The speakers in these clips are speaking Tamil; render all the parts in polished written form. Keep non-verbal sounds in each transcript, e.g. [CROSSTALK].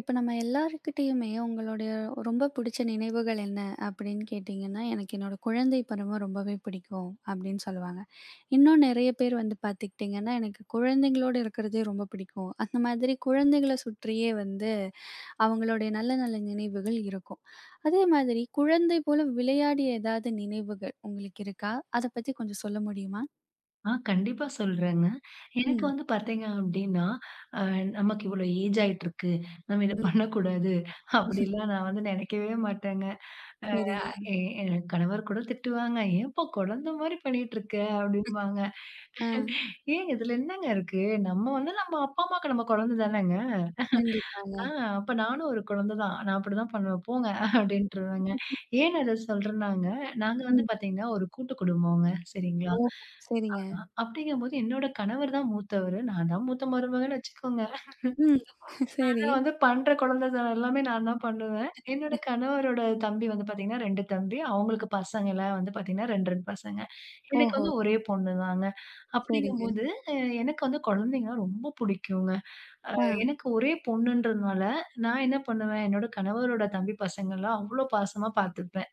இப்ப நம்ம எல்லார்கிட்டயுமே உங்களுடைய ரொம்ப பிடிச்ச நினைவுகள் என்ன அப்படின்னு கேட்டிங்கன்னா, எனக்கு என்னோட குழந்தை பருவம் ரொம்பவே பிடிக்கும் அப்படின்னு சொல்லுவாங்க. இன்னும் நெறைய பேர் வந்து பார்த்துக்கிட்டிங்கன்னா, எனக்கு குழந்தைங்களோட இருக்கிறதே ரொம்ப பிடிக்கும். அந்த மாதிரி குழந்தைகள சுற்றியே வந்து அவங்களுடைய நல்ல நல்ல நினைவுகள் இருக்கும். அதே மாதிரி குழந்தை போல விளையாடிய ஏதாவது நினைவுகள் உங்களுக்கு இருக்கா? அத பத்தி கொஞ்சம் சொல்ல முடியுமா? ஆ கண்டிப்பா சொல்றேங்க. எனக்கு ம். வந்து பார்த்தீங்க அப்டின்னா, அ நமக்கு இவ்வளோ ஏஜ் ஆயிட்டுருக்கு. நம்ம இத ம். பண்ணக்கூடாது. [LAUGHS] அப்டிலாம் நான் வந்து நெனைக்கவே மாட்டேங்க. அ சரிங்க. எ என் கணவர் கூட திட்டுவாங்க. "ஏன்பா குழந்த மாரி பண்ணிட்டுருக்க?" அப்டிம்பாங்க. ஆ. ஏன் இதுல என்னங்க இருக்கு? நம்ம வந்து நம்ம அப்பா, அம்மாவுக்கு நம்ம குழந்த தானேங்க. கண்டிப்பாங்க. ஆ. அப்ப நானும் ஒரு குழந்த தான். நான் அப்டிதான் பண்ணுவேன். போங்க அப்டின்ட்டுருவேங்க. ஏன் நான் இத சொல்றேன்னாங்க, நாங்க வந்து ம். பார்த்தீங்கன்னா, ஒரு கூட்டு குடும்பங்க. சரிங்களா? ஓ! சரிங்க. அப்படிங்கும்போது என்னோட கணவர் தான் மூத்தவரு. நான் தான் மூத்த மருமகன்னு வச்சுக்கோங்க. ம். [LAUGHS] ஆனா சரி. வந்து பண்ற குழந்தத்தனம் எல்லாமே நான் தான் பண்ணுவேன். என்னோட கணவரோட தம்பி வந்து பார்த்தீங்கன்னா 2 தம்பி. அவங்களுக்கு பசங்கலாம் வந்து பார்த்தீங்கன்னா 2, 2 பசங்க. எனக்கு ஓஹோ! வந்து ஒரே பொண்ணு தாங்க. சரிங்க. அப்படிங்கும்போது அ எனக்கு வந்து குழந்தைங்கன்னா ரொம்ப புடிக்குங்க. ஆ, எனக்கு ஒரே பொண்ணுன்றதுனால நான் என்ன பண்ணுவேன், என்னோட கணவரோட தம்பி பசங்கலாம் அவ்ளோ பாசமா பார்த்துப்பேன்.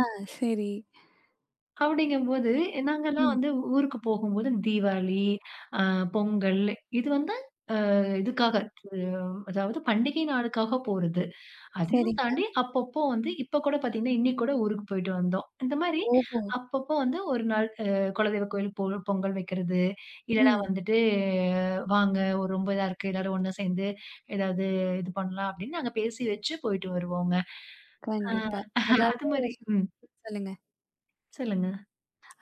ஆ சரி. அப்படிங்கும்போது நாங்கலாம் ம். வந்து ஊருக்கு போகும்போது தீவாளி, அ பொங்கல் இது வந்து இதுக்காக அதாவது பண்டிகை நாளுக்காக போறது. அதையும் சரிங்க. தாண்டி அப்பப்போ வந்து இப்ப கூட பார்த்தீங்கன்னா, இன்னைக்கு கூட ஊருக்கு போயிட்டு வந்தோம். இந்த மாரி ஓஹோ! அப்பப்போ வந்து ஒரு நாள் குலதெய்வ கோயில் பொங்கல் வைக்கிறது, இல்லன்னா ம். வந்துட்டு வாங்க ஒரு ரொம்ப இதா இருக்கு எல்லாரும் ஒண்ணா சேர்ந்து ஏதாவது இது பண்ணலாம் அப்படின்னு நாங்க பேசி வச்சு போயிட்டு வருவோங்க. அ கண்டிப்பா. அது அதாவது மாரி ம். சொல்லுங்க. சொல்லுங்க.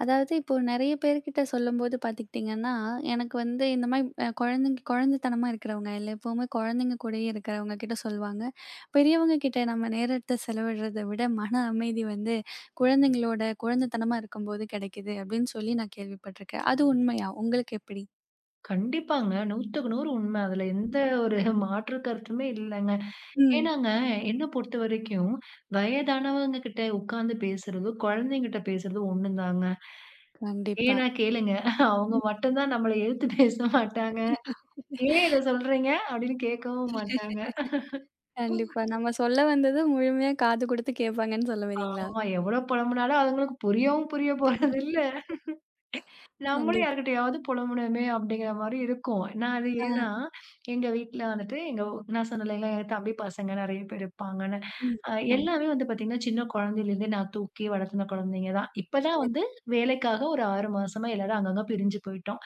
அதாவது இப்போ நெறைய பேர்கிட்ட சொல்லும்போது பார்த்துக்கிட்டீங்கன்னா, எனக்கு வந்து இந்த மாரி குழந்தைங்க குழந்தைத்தனமா இருக்கிறவங்க, இல்ல எப்பவுமே குழந்தைங்க கூடயே இருக்கிறவங்க கிட்ட சொல்லுவாங்க. பெரியவங்க கிட்ட நம்ம நேரத்த செலவிடுறத விட மன அமைதி வந்து குழந்தைங்களோட குழந்தைத்தனமா இருக்கும்போது கிடைக்குது அப்படின்னு சொல்லி நான் கேள்விப்பட்டிருக்கேன். அது உண்மையா? உங்களுக்கு எப்படி? கண்டிப்பாங்க. 100க்கு 100 உண்ம. அதுல எந்த ஒரு மாற்று கருத்துமே இல்லங்க. ம். ஏன்னாங்க, என்ன பொறுத்தவரைக்கும் வயதானவங்க கிட்ட உட்கார்ந்து பேசுறதும், குழந்தைங்கிட்ட பேசுறதும் ஒண்ணுதாங்க. கண்டிப்பா. ஏன்னா கேளுங்க, அவங்க மட்டும் தான் நம்மள எதிர்த்து பேச மாட்டாங்க. "ஏன் இத சொல்றீங்க?" அப்படின்னு கேட்கவும் மாட்டாங்க. கண்டிப்பா. நம்ம சொல்ல வந்தது முழுமையா காது குடுத்து கேட்பாங்கன்னு சொல்ல வரீங்களா? ஆமா, எவ்வளோ புலம்புனாலும் அதுங்களுக்கு புரியவும் புரிய போறதில்ல. நம்மளும் கண்டிப்பா. யார்கிட்டயாவது புலம்பணுமே அப்படிங்கிற மாரி இருக்கும். நான் அது ஆ. ஏன்னா, எங்க வீட்ல வந்துட்டு நான் சொன்னேன் இல்லைங்களா, என் தம்பி பசங்க நெறைய பேர் இருப்பாங்கன்னு. ம். அ ஆமா. எல்லாமே வந்து பார்த்தீங்கன்னா, சின்ன குழந்தையிலேருந்தே நான் தூக்கி வளர்த்துன குழந்தைங்க தான். இப்ப தான் சரி. வந்து வேலைக்காக ஒரு 6 மாசமா எல்லாரும் அங்கங்க பிரிஞ்சு போயிட்டோம்.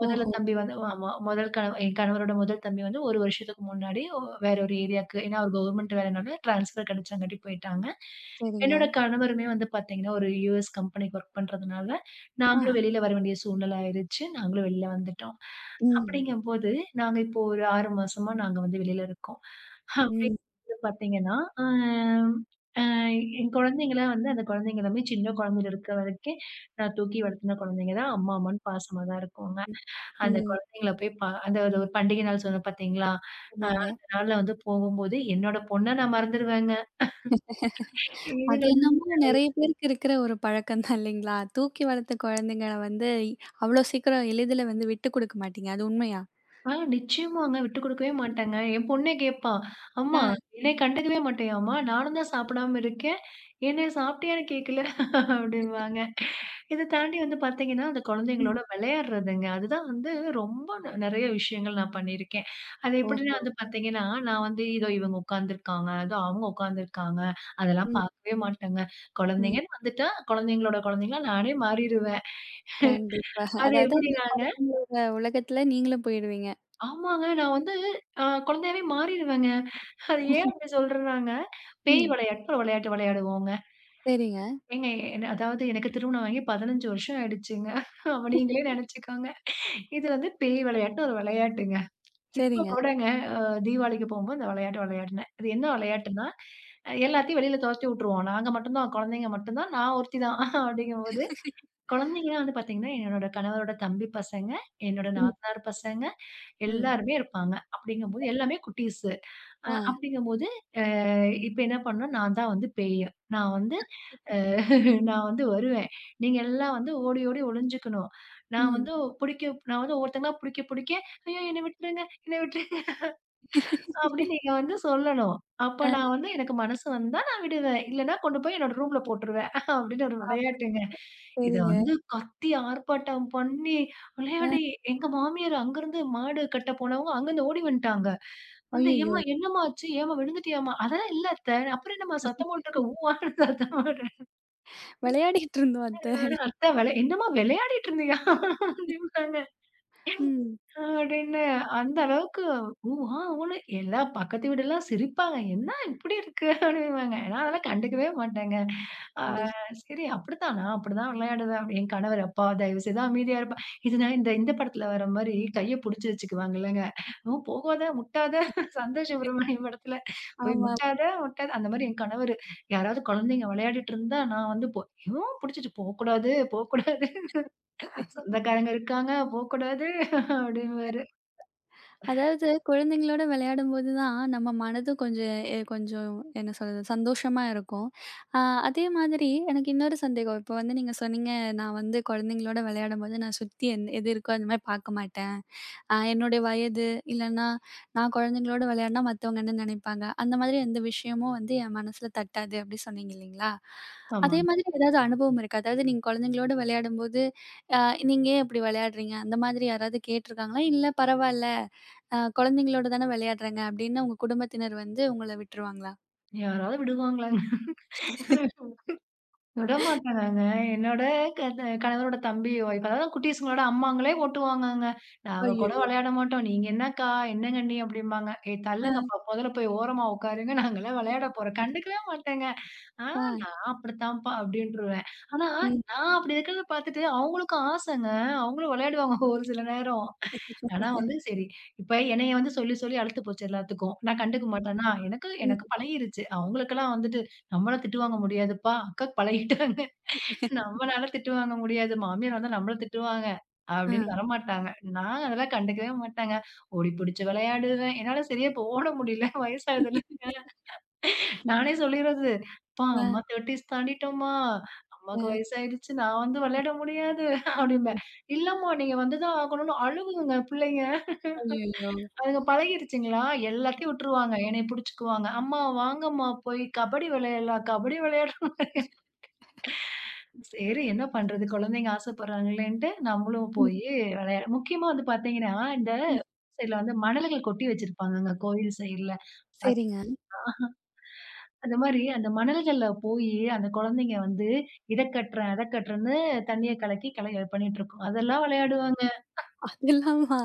முதல்ல ஓஹோ! தம்பி வந்து ஆமா. முதல் கணவ என் கணவரோட முதல் தம்பி வந்து 1 வருஷத்துக்கு முன்னாடி வேற ஒரு ஏரியாக்கு ஏன்னா அவர் கவர்மெண்ட் வேலைனால ட்ரான்ஸ்ஃபர் கிடைச்சங்காட்டி போயிட்டாங்க. சரிங்க. என்னோட கணவருமே வந்து பார்த்தீங்கன்னா, ஒரு யுஎஸ் கம்பெனிக்கு வொர்க் பண்றதுனால ஆஹ. நாங்களும் வெளியில வர வேண்டிய சூழ்நிலை ஆயிருச்சு. நாங்களும் வெளியில வந்துட்டோம். ம். அப்படிங்கும்போது, நாங்க இப்போ ஒரு 6 மாசமா நாங்க வந்து வெளியில இருக்கோம். அப்படி ம். பாத்தீங்கன்னா, அ என் குழந்தைங்கள வந்து அந்த குழந்தைங்க எல்லாமே சின்ன குழந்தையில இருக்க வரைக்கும், நான் தூக்கி வளர்த்துன குழந்தைங்க தான் அம்மா, அம்மான்னு பாசமா தான் இருக்குங்க. ம். அந்த ம். குழந்தைங்கள போய் அந்த அது ஒரு பண்டிகை நாள் சொன்னேன் பாத்தீங்களா? அ ஆமாங்க. அந்த நாள்ல வந்து போகும்போது, என்னோட பொண்ண நான் மறந்துருவேங்க. அது இதுங்களுக்கு என்னமோ நெறைய பேருக்கு இருக்கிற ஒரு பழக்கம் தான் இல்லைங்களா? தூக்கி வளர்த்த குழந்தைங்கள வந்து அவ்ளோ சீக்கிரம் எளிதில வந்து விட்டுக் குடுக்க மாட்டீங்க. அது உண்மையா? ஆ, நிச்சயமாங்க. விட்டு குடுக்கவே மாட்டேங்க. என் பொண்ணே கேட்பா, "அம்மா ஆ. என்னைய கண்டுக்கவே மாட்டியாம்மா? நானும் தான் சாப்பிடாம இருக்கேன். என்னைய சாப்பிட்டியான்னு கேட்கல" அப்படிம்பாங்க. இத தாண்டி வந்து பார்த்தீங்கன்னா, அந்த ம். குழந்தைங்களோட விளையாடுறதுங்க. அதுதான் வந்து ரொம்ப நெறைய விஷயங்கள் நான் பண்ணியிருக்கேன். அது எப்படின்னா ஓஹோ! வந்து பார்த்தீங்கன்னா, நான் வந்து இதோ இவங்க உட்காந்துருக்காங்க, இதோ அவங்க உட்காந்துருக்காங்க, அதெல்லாம் ம். பார்க்கவே மாட்டேங்க. ம். குழந்தைங்கன்னு வந்துட்டா, குழந்தைங்களோட குழந்தைங்களா நானே மாறிருவேன். கண்டிப்பா. அது அதாவது அந்த எப்படினாங்க குழந்தைங்களோட உலகத்துல நீங்களும் போயிடுவீங்க. ஆமாங்க நான் வந்து குழந்தையாவே மாறிருவேங்க. அது ஏன் அப்படி சொல்றாங்க? பேய் ம். விளையாட்டு விளையாட்டு விளையாடுவோங்க. சரிங்க, ஏங்க என்ன அதாவது எனக்கு திருமணம் ஆகி 15 வருஷம் ஆயிடுச்சுங்க. அப்ப நீங்களே நெனச்சுக்கோங்க. இது வந்து பேய் விளையாட்டுன்னு ஒரு விளையாட்டுங்க. இப்ப சரிங்க. கூடங்க அ தீபாவளிக்கு போம்போது இந்த விளையாட்டு விளையாடுனேன். அது என்ன விளையாட்டுன்னா, எல்லாத்தையும் வெளியில தொரத்தி விட்டுருவோம். நாங்க மட்டும் தான் குழந்தைங்க மட்டும் தான். நான் ஒருத்தி தான். அப்படிங்கும்போது, குழந்தைங்கலாம் வந்து பார்த்தீங்கன்னா, என்னோட கணவரோட தம்பி பசங்க, என்னோட ம். நாத்தனார் பசங்க ம். எல்லாருமே இருப்பாங்க. அப்படிங்கும்போது எல்லாமே குட்டீஸு. ஆ. அப்படிங்கும்போது, அ இப்ப என்ன பண்ணணும், நான் தான் வந்து பேய். நான் வந்து அ நான் வந்து வருவேன். நீங்க எல்லாம் வந்து ஓடி ஓடி ஒளிஞ்சுக்கணும். நான் ம். வந்து புடிக்க நான் வந்து ஒவ்வொருத்தங்களா புடிக்க புடிக்க, "ஐயோ! என்ன விட்டுருங்க, என்ன விட்டுருங்க" அப்படின்னு நீங்க வந்து சொல்லணும். அப்ப ஆ. நான் வந்து எனக்கு மனசு வந்தா நான் விடுவேன். இல்லன்னா கொண்டு போய் என்னோட ரூம்ல போட்டுருவேன். அப்படின்னு ஒரு அப்படி. விளையாட்டுங்க. இத சரிங்க. வந்து கத்தி ஆர்ப்பாட்டம் பண்ணி அ. விளையாடி எங்க மாமியார் அங்கருந்து மாடு கட்ட போனவங்க அங்கருந்து ஓடி வந்துட்டாங்க. வந்து அய்யய்யோ! "ஏம்மா என்னம்மா ஆச்சு? ஏம்மா விழுந்துட்டியாம்மா?" "அதெல்லாம் இல்ல அத்த." "அப்புறம் என்னம்மா சத்தம் போட்டுருக்க? ஊ வான்னு சத்தம் போடுற." விளையாடிட்டு இருந்தோம் அத்த. "அத்த வெள என்னம்மா விளையாடிட்டு இருந்தியா?" அப்படிம்பாங்க. ம். அப்படின்னு அந்த அளவுக்கு ஊ, ஆ, ஊன்னு எல்லா பக்கத்து வீடெல்லாம் சிரிப்பாங்க. "என்ன இப்படி இருக்கு?" அப்படிம்பாங்க. நான் அதெல்லாம் கண்டுக்கவே மாட்டேங்க. ஆ. கண்டிப்பா. சரி அப்படித்தான். நான் அப்படிதான் விளையாடுவேன். அப்படி என் கணவர், "அப்பா தயவு செய்து அமைதியா இருப்பா". இது நான் இந்த இந்த படத்துல வர மாரி கைய புடிச்சு வச்சுக்குவாங்கல்லங்க. "ஓ போகாத, முட்டாத". சந்தோஷ் சுப்ரமணியம் படத்துல "போய் ஆமா. முட்டாத, முட்டாத" அந்த மாரி என் கணவரு யாராவது குழந்தைங்க விளையாடிட்டு இருந்தா நான் வந்து போ இவன் புடிச்சிட்டு "போக்கூடாது, போக்கூடாது. சொந்தக்காரங்க இருக்காங்க, போக்கூடாது" அப்படின்னுவாரு. அதாவது குழந்தைங்களோட விளையாடும்போது தான் நம்ம மனதும் கொஞ்சம் கொஞ்சம் என்ன சொல்றது? சந்தோஷமா இருக்கும். அ அதே மாதிரி எனக்கு இன்னொரு சந்தேகம். இப்போ வந்து நீங்க சொன்னீங்க, நான் வந்து குழந்தைங்களோட விளையாடும்போது நான் சுத்தி என் எது இருக்கோ அந்த மாரி பார்க்க மாட்டேன். என்னுடைய வயது, இல்லன்னா நான் குழந்தைங்களோட விளையாடுனா மத்தவங்க என்ன நினைப்பாங்க? அந்த மாதிரி எந்த விஷயமும் வந்து என் மனசுல தட்டாது அப்படி சொன்னீங்க இல்லீங்களா? அதே ஆமாங்க. மாதிரி ஏதாவது அனுபவம் இருக்கா? அதாவது நீங்க குழந்தைங்களோட விளையாடும்போது, அ நீங்க ஏன் இப்படி விளையாடுறீங்க? அந்த மாதிரி யாராவது கேட்டுருக்காங்களா? இல்ல பரவால்ல, குழந்தைங்களோட தானே விளையாடுறேங்க அப்படின்னு உங்க குடும்பத்தினர் வந்து உங்கள விட்டுருவாங்களா? யாராவது விடுவாங்களாங்க? விடமாட்டாங்கங்க. என்னோட க த கணவரோட தம்பி ஒய்ஃப் அதாவது குட்டீஸுங்களோட அம்மாங்களே ஓட்டுவாங்கங்க. நாங்க கூட ஐயய்யோ! விளையாட மாட்டோம். "நீங்க என்னக்கா? என்னங்க நீ?" அப்படிம்பாங்க. "ஏய் அ, தள்ளுங்கப்பா, முதல்ல போய் ஓரமா உட்காருங்க. நாங்கலாம் விளையாட போறோம்." கண்டுக்கவே மாட்டேங்க. "ஆ அ, நான் அப்படித்தான்ப்பா" அப்படின்ருவேன். ஆனா ம், நான் அப்படி இருக்கிறத பார்த்துட்டு அவங்களுக்கும் ஆசைங்க. அவங்களும் விளையாடுவாங்க [LAUGHS] ஒரு சில நேரம். ஆனா வந்து சரி, இப்ப என்னைய வந்து சொல்லி சொல்லி அலுத்து போச்சு எல்லாத்துக்கும். நான் கண்டுக்க மாட்டேனா? எனக்கு ம், எனக்கு பழகிருச்சு. அவங்களுக்கெல்லாம் வந்துட்டு நம்மலாம் திட்டு வாங்க முடியாதுப்பா. அக்காக்கு பழகிட்டாங்க. நம்மனால திட்டு வாங்க முடியாது. மாமியார் வந்தா நம்மள திட்டுவாங்க. அப்டின்னு அ, வரமாட்டாங்க. நான் அதெல்லாம் கண்டுக்கவே மாட்டேங்க. ஓடி புடிச்சு விளையாடுவேன். என்னால சரியா இப்போ ஓட முடியல [LAUGHS] வயசாகுதுல்ல. நானே சொல்லிறது, "அப்பா, அம்மா அ, 30ஸ் தாண்டிட்டோம்மா. அ, அம்மாவுக்கு வயசாயிடுச்சு. நான் வந்து விளையாட முடியாது" ம். அப்டிம்பேன். "இல்லம்மா நீங்க வந்து தான் ஆகணும்னு" அழுகுங்க பிள்ளைங்க. ஐயய்யோ! அதுங்க பழகிருச்சுங்களா, எல்லாத்தையும் விட்டுருவாங்க. என்னைய புடிச்சுக்குவாங்க. "அம்மா வாங்கம்மா போய் கபடி விளையாடலாம், கபடி விளையாடலாம்." சரி என்ன பண்றது? குழந்தைங்க ஆசைப்படுறாங்களேன்ட்டு, நம்மளும் ம், போயி விளையா முக்கியமா வந்து பார்த்தீங்கன்னா, இந்த ம். சைடுல வந்து மணல்கள் கொட்டி வச்சிருப்பாங்கங்க, கோயில் சைடுல. சரிங்க. அந்த மாரி அந்த மணல்கள்ல போயி, அந்த குழந்தைங்க வந்து இத கட்டுறேன், அத கட்டுறேன்னு தண்ணிய கலக்கி கல பண்ணிட்டுருக்கும். அதெல்லாம் விளையாடுவாங்க. அதெல்லாமா?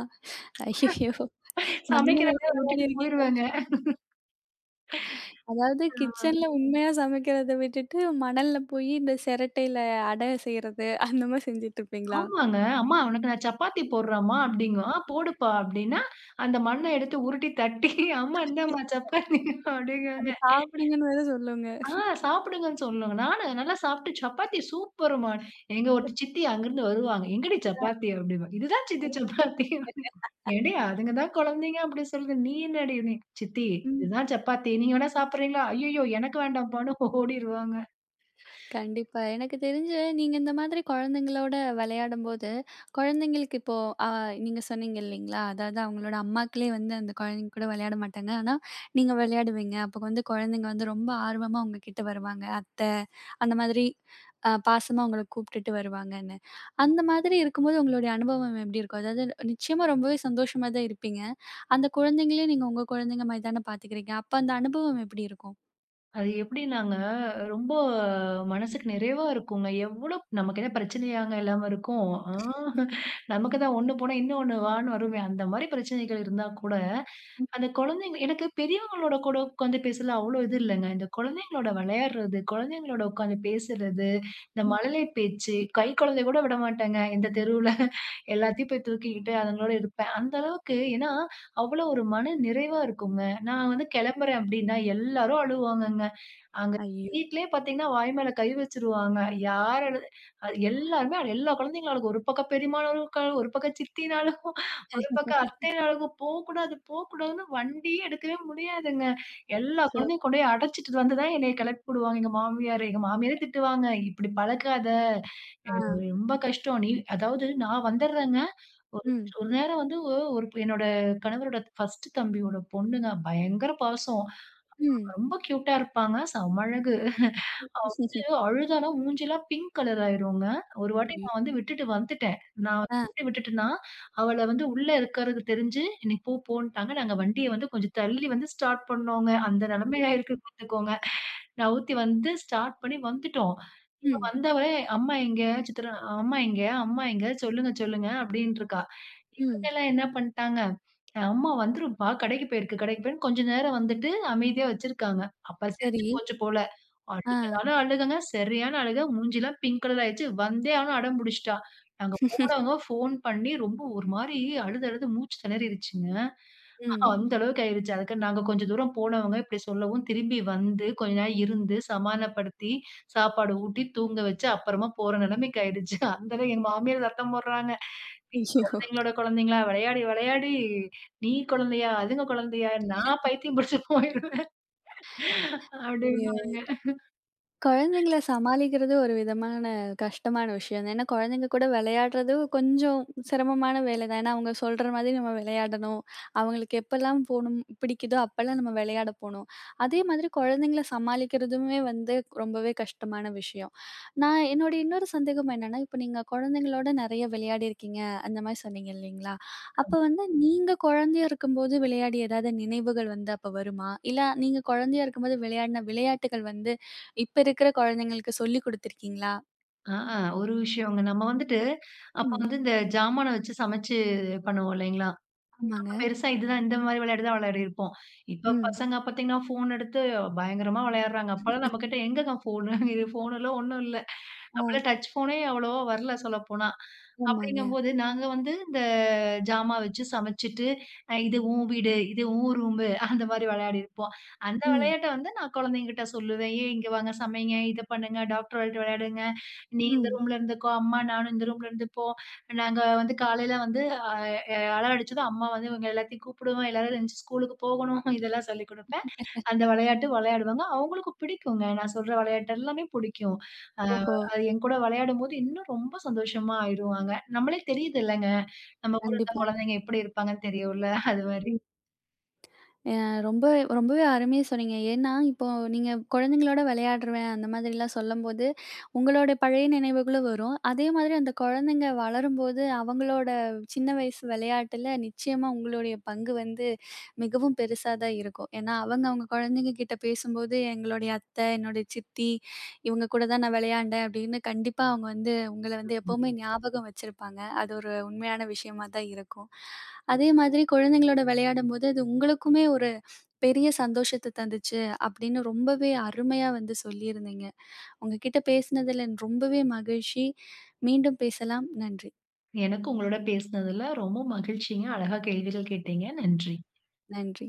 ஐயய்யோ! சமைக்கிற மண்ணுலலாம் வேலைய விட்டுட்டு விளையாடிருக்கீங்க. போயிருவாங்க. அதாவது அ கிச்சன்ல உண்மையா சமைக்கிறத விட்டுட்டு, மணல்ல போயி இந்த சிரட்டையில அடை செய்றது, அந்த மாரி செஞ்சுட்டு இருப்பீங்களா? ஆமாங்க. "அம்மா உனக்கு நான் சப்பாத்தி போடுறேன்ம்மா" அப்படிங்கும். "ஆ போடுப்பா" அப்படின்னா, அந்த மண்ண எடுத்து உருட்டி தட்டி, "அம்மா இந்தாம்மா சப்பாத்தி" அத அப்படிங்காங்க. சாப்பிடுங்கன்னு வேற சொல்லுங்க. ஆ. சாப்பிடுங்கன்னு சொல்லுங்க. நானு நல்லா சாப்பிட்டு சப்பாத்தி சூப்பர்ம்மா. எங்க ஒரு சித்தி அங்கிருந்து வருவாங்க. எங்கடி சப்பாத்தி அப்படிம்பேன். இதுதான் சித்தி சப்பாத்தி அப்படின்னு. ஏன்டி அதுங்க தான் குழந்தைங்க அப்படி சொல்லுது. நீ என்னடி நீ சித்தி ம். இதுதான் சப்பாத்தி. நீங்க வேணா சாப்பிடுறீங்களா? ஐயய்யோ! எனக்கு வேண்டாம்ப்பான்னு ஓடிருவாங்க. கண்டிப்பா. எனக்கு தெரிஞ்சு நீங்க இந்த மாதிரி குழந்தைங்களோட விளையாடும்போது, குழந்தைங்களுக்கு இப்போ அ நீங்க சொன்னீங்க இல்லைங்களா? அதாவது அவங்களோட அம்மாக்களே வந்து அந்த குழந்தைங்க கூட விளையாட மாட்டாங்க. ஆனா, நீங்க விளையாடுவீங்க. அப்போ வந்து குழந்தைங்க வந்து ரொம்ப ஆர்வமா உங்ககிட்ட வருவாங்க. அத்தை, அந்த மாதிரி பாசமா உங்கள கூப்பிட்டுட்டு வருவாங்கன்னு. அந்த மாதிரி இருக்கும்போது உங்களுடைய அனுபவம் எப்படி இருக்கும்? அதாவது நிச்சயமா ரொம்பவே சந்தோஷமா தான் இருப்பீங்க. அந்த குழந்தைங்களையும் நீங்க உங்க குழந்தைங்க மாதிரி தானே பார்த்துக்கிறீங்க. அப்ப அந்த அனுபவம் எப்படி இருக்கும்? அது எப்படின்னாங்க ரொம்ப மனசுக்கு நிறைவா இருக்குங்க. எவ்வளோ நமக்கு என்ன பிரச்சனையாங்க இல்லாம இருக்கும். ஆ. நமக்கு தான் ஒண்ணு போனா இன்னும் ஒண்ணு வான்னு வருமே. அந்த மாரி பிரச்சனைகள் இருந்தா கூட அந்த குழந்தைங்க எனக்கு பெரியவங்களோட கூட உட்காந்து பேசல அவ்ளோ இது இல்லங்க. இந்த குழந்தைங்களோட விளையாடுறது, குழந்தைங்களோட உட்காந்து பேசுறது, இந்த ம். மழலை பேச்சு, கை குழந்தைய கூட விட மாட்டேங்க. இந்த தெருவுல [LAUGHS] எல்லாத்தையும் போய் தூக்கிக்கிட்டு அதுங்களோட இருப்பேன். அந்த அளவுக்கு ஏன்னா, அவ்வளோ ஒரு மன நிறைவா இருக்குங்க. நான் வந்து கிளம்புறேன் அப்டின்னா எல்லாரும் அழுவாங்கங்க. அங்க ஐயோ! வீட்லயே பார்த்தீங்கன்னா, வாய் மேல கை வச்சுருவாங்க. யார் அழு அது எல்லா குழந்தைங்களும் அழுகும். ஒரு பக்கம் பெரியம்மான்னு அழுகும், ஒரு பக்கம் சித்தின்னு அழுகும், ஒரு பக்கம் அத்தைன்னு அழுகும். போக்கூடாது, போக்கூடாதுன்னு வண்டியே எடுக்கவே முடியாதுங்க. எல்லா சோ குழந்தையும் கொண்டு போய் அடைச்சிட்டு வந்து தான் என்னைய கிளப்பி விடுவாங்க எங்க மாமியாரு. எங்க மாமியாரே திட்டுவாங்க, "இப்படி பழக்காத, அ ஆ. ரொம்ப கஷ்டம். நீ" அதாவது நான் வந்துடுறேங்க. ஒரு ம். ஒரு நேரம் வந்து ஒரு என்னோட கணவரோட 1 தம்பியோட பொண்ணுங்க. பயங்கர பாசம். ம். ரொம்ப கியூட்டா இருப்பாங்க. செம அழகு. அழுதான்னா மூஞ்சிலாம் பிங்க் கலர் ஆயிருங்க. ஒரு வாட்டி நான் வந்து விட்டுட்டு வந்துட்டேன். நான் ஆ. எப்படி விட்டுட்டேன்னா, அவள வந்து உள்ள இருக்கிறது தெரிஞ்சு, "இன்னைக்கு போன்ட்டாங்க." நாங்க வண்டிய வந்து கொஞ்சம் தள்ளி வந்து ஸ்டார்ட் பண்ணோங்க. அந்த நிலைமை ஆயிருக்கு பார்த்துக்கோங்க. நவுத்தி வந்து ஸ்டார்ட் பண்ணி வந்துட்டோம். இப்ப ம். வந்தவளே, "அம்மா எங்க? சித்ரா அம்மா எங்க? அம்மா எங்க? சொல்லுங்க, சொல்லுங்க." அப்படின்ட்டுருக்கா. ம். இவங்கலாம் என்ன பண்ட்டாங்க, அம்மா வந்துரும்ப்பா, கடைக்கு போயிருக்கு, கடைக்கு போயிருன்னு கொஞ்ச நேரம் வந்துட்டு அமைதியா வச்சிருக்காங்க. அப்ப தெரிஞ்சு சரி. போச்சு போல. ஆ. அழுகனாலும் அழுகங்க, சரியான அழுக, மூஞ்சிலாம் பிங்க் கலர் ஆயிடுச்சு. வந்தே ஆகணும் அடம் புடிச்சுட்டா. நாங்க [LAUGHS] போனவங்க ஃபோன் பண்ணி ரொம்ப ஒரு மாரி அழுது அழுது மூச்சு திணறிருச்சுங்க. ம். அந்த அளவுக்கு ஆயிருச்சு. அதுக்கு நாங்க கொஞ்சம் தூரம் போனவங்க இப்டி சொல்லவும், திரும்பி வந்து கொஞ்ச நேரம் இருந்து, சமாதானப்படுத்தி, சாப்பாடு ஊட்டி, தூங்க வச்சு, அப்புறமா போற நிலைமைக்கு ஆயிடுச்சு. அந்த அளவுக்கு எங்க மாமியார் சத்தம் போடுறாங்க. ஐயோ! குழந்தைங்களோட குழந்தைங்களா விளையாடி, விளையாடி "நீ குழந்தையா? அதுங்க குழந்தையா? நான் பைத்தியம் பிடிச்சு போயிருவேன்" அப்படிம்பாங்க. குழந்தைங்கள சமாளிக்கிறது ஒரு விதமான கஷ்டமான விஷயம் தான். ஏன்னா குழந்தைங்க கூட விளையாடுறது கொஞ்சம் சிரமமான வேலை தான். ஏன்னா அவங்க சொல்ற மாதிரி நம்ம விளையாடணும். அவங்களுக்கு எப்பலாம் போணும் பிடிக்குதோ அப்பலாம் நம்ம விளையாட போணும். அதே மாதிரி குழந்தைங்கள சமாளிக்கிறதுமே வந்து ரொம்பவே கஷ்டமான விஷயம். நான் என்னோட இன்னொரு சந்தேகம் என்னன்னா, இப்ப நீங்க குழந்தைங்களோட நிறைய விளையாடியிருக்கீங்க அந்த மாரி சொன்னீங்க இல்லைங்களா? அப்ப வந்து நீங்க குழந்தையா இருக்கும்போது விளையாடிய ஏதாவது நினைவுகள் வந்து அப்ப வருமா? இல்ல நீங்க குழந்தையா இருக்கும்போது விளையாடின விளையாட்டுகள் வந்து இப்ப இருக்கிற குழந்தைங்களுக்கு சொல்லிக் குடுத்துருக்கீங்களா? ஆ. ஒரு விஷயங்க. நம்ம வந்துட்டு அப்ப ம். வந்து இந்த ஜாமான வச்சு சமைச்சு பண்ணுவோம் இல்லைங்களா? அப்ப ஆமாங்க. பெருசா இதுதான் இந்த மாரி விளையாட்டு தான் விளையாடிருப்போம். இப்ப ம். பசங்க பார்த்தீங்கன்னா, ஃபோன் எடுத்து பயங்கரமா விளையாடுறாங்க. அப்பலாம் நம்மகிட்ட எங்கங்க ஃபோனு? இது ஃபோனெல்லாம் ஒண்ணும் இல்ல. ஆ. அப்பலாம் டச் ஃபோனே அவ்வளவா வரல சொல்லப்போனா. ஆமாங்க. அப்படிங்கும்போது, நாங்க வந்து இந்த ஜாமா வச்சு சமைச்சுட்டு, இது உன் வீடு, இது உன் ரூமு அந்த மாரி விளையாடிருப்போம். அந்த ம். விளையாட்ட வந்து நான் குழந்தைங்ககிட்ட சொல்லுவேன். "ஏய் இங்க வாங்க சமைங்க, இத பண்ணுங்க, டாக்டர் விளையாட்டு விளையாடுங்க. நீ இந்த ம். ரூம்ல இருந்துக்கோ, அம்மா நானும் இந்த ரூம்ல இருந்துப்போம். நாங்க வந்து காலையில வந்து அ அ அழ அடிச்சதும் அம்மா வந்து இவங்க எல்லாத்தையும் கூப்பிடுவோம். எல்லாரும் எந்திரிச்சு ஸ்கூலுக்கு போகணும்." இதெல்லாம் சொல்லிக் குடுப்பேன். அந்த விளையாட்டு விளையாடுவாங்க. அவங்களுக்கு பிடிக்குங்க. நான் சொல்ற விளையாட்டு எல்லாமே பிடிக்கும். அ ஓஹோ! அது என் கூட விளையாடும்போது இன்னும் ரொம்ப சந்தோஷமா ஆயிருவாங்க. நம்மளே தெரியுது இல்லங்க. நம்ம கூட இருந்த கண்டிப்பா. குழந்தைங்க எப்படி இருப்பாங்கன்னு தெரியும்ல. அது மாரி. ம். அ ரொம்ப ரொம்பவே அருமையா சொன்னீங்க. ஏன்னா, இப்போ நீங்க குழந்தைங்களோட விளையாடுருவேன் அந்த மாதிரிலாம் சொல்லும்போது, உங்களோட பழைய நினைவுகளும் வரும். அதே மாதிரி அந்த குழந்தைங்க வளரும்போது, அவங்களோட சின்ன வயசு விளையாட்டுல நிச்சயமா உங்களுடைய பங்கு வந்து மிகவும் பெருசா தான் இருக்கும். ஏன்னா, அவங்க அவங்க குழந்தைங்க கிட்ட பேசும்போது, "எங்களுடைய அத்தை, என்னுடைய சித்தி இவங்க கூட தான் நான் விளையாண்டேன்" அப்படின்னு கண்டிப்பா அவங்க வந்து உங்கள வந்து எப்பவுமே ஞாபகம் வச்சிருப்பாங்க. அது ஒரு உண்மையான விஷயமா தான் இருக்கும். அதே மாதிரி குழந்தைங்களோட விளையாடும்போது, அது உங்களுக்குமே ஒரு பெரிய சந்தோஷத்த தந்துச்சு அப்படின்னு ரொம்பவே அருமையா வந்து சொல்லியிருந்தீங்க. உங்க கிட்ட பேசினதுல ரொம்பவே மகிழ்ச்சி. மீண்டும் பேசலாம். நன்றி. எனக்கு உங்களோட பேசினதுல ரொம்ப மகிழ்ச்சிங்க. அழகா கேள்விகள் கேட்டீங்க. நன்றி. நன்றி.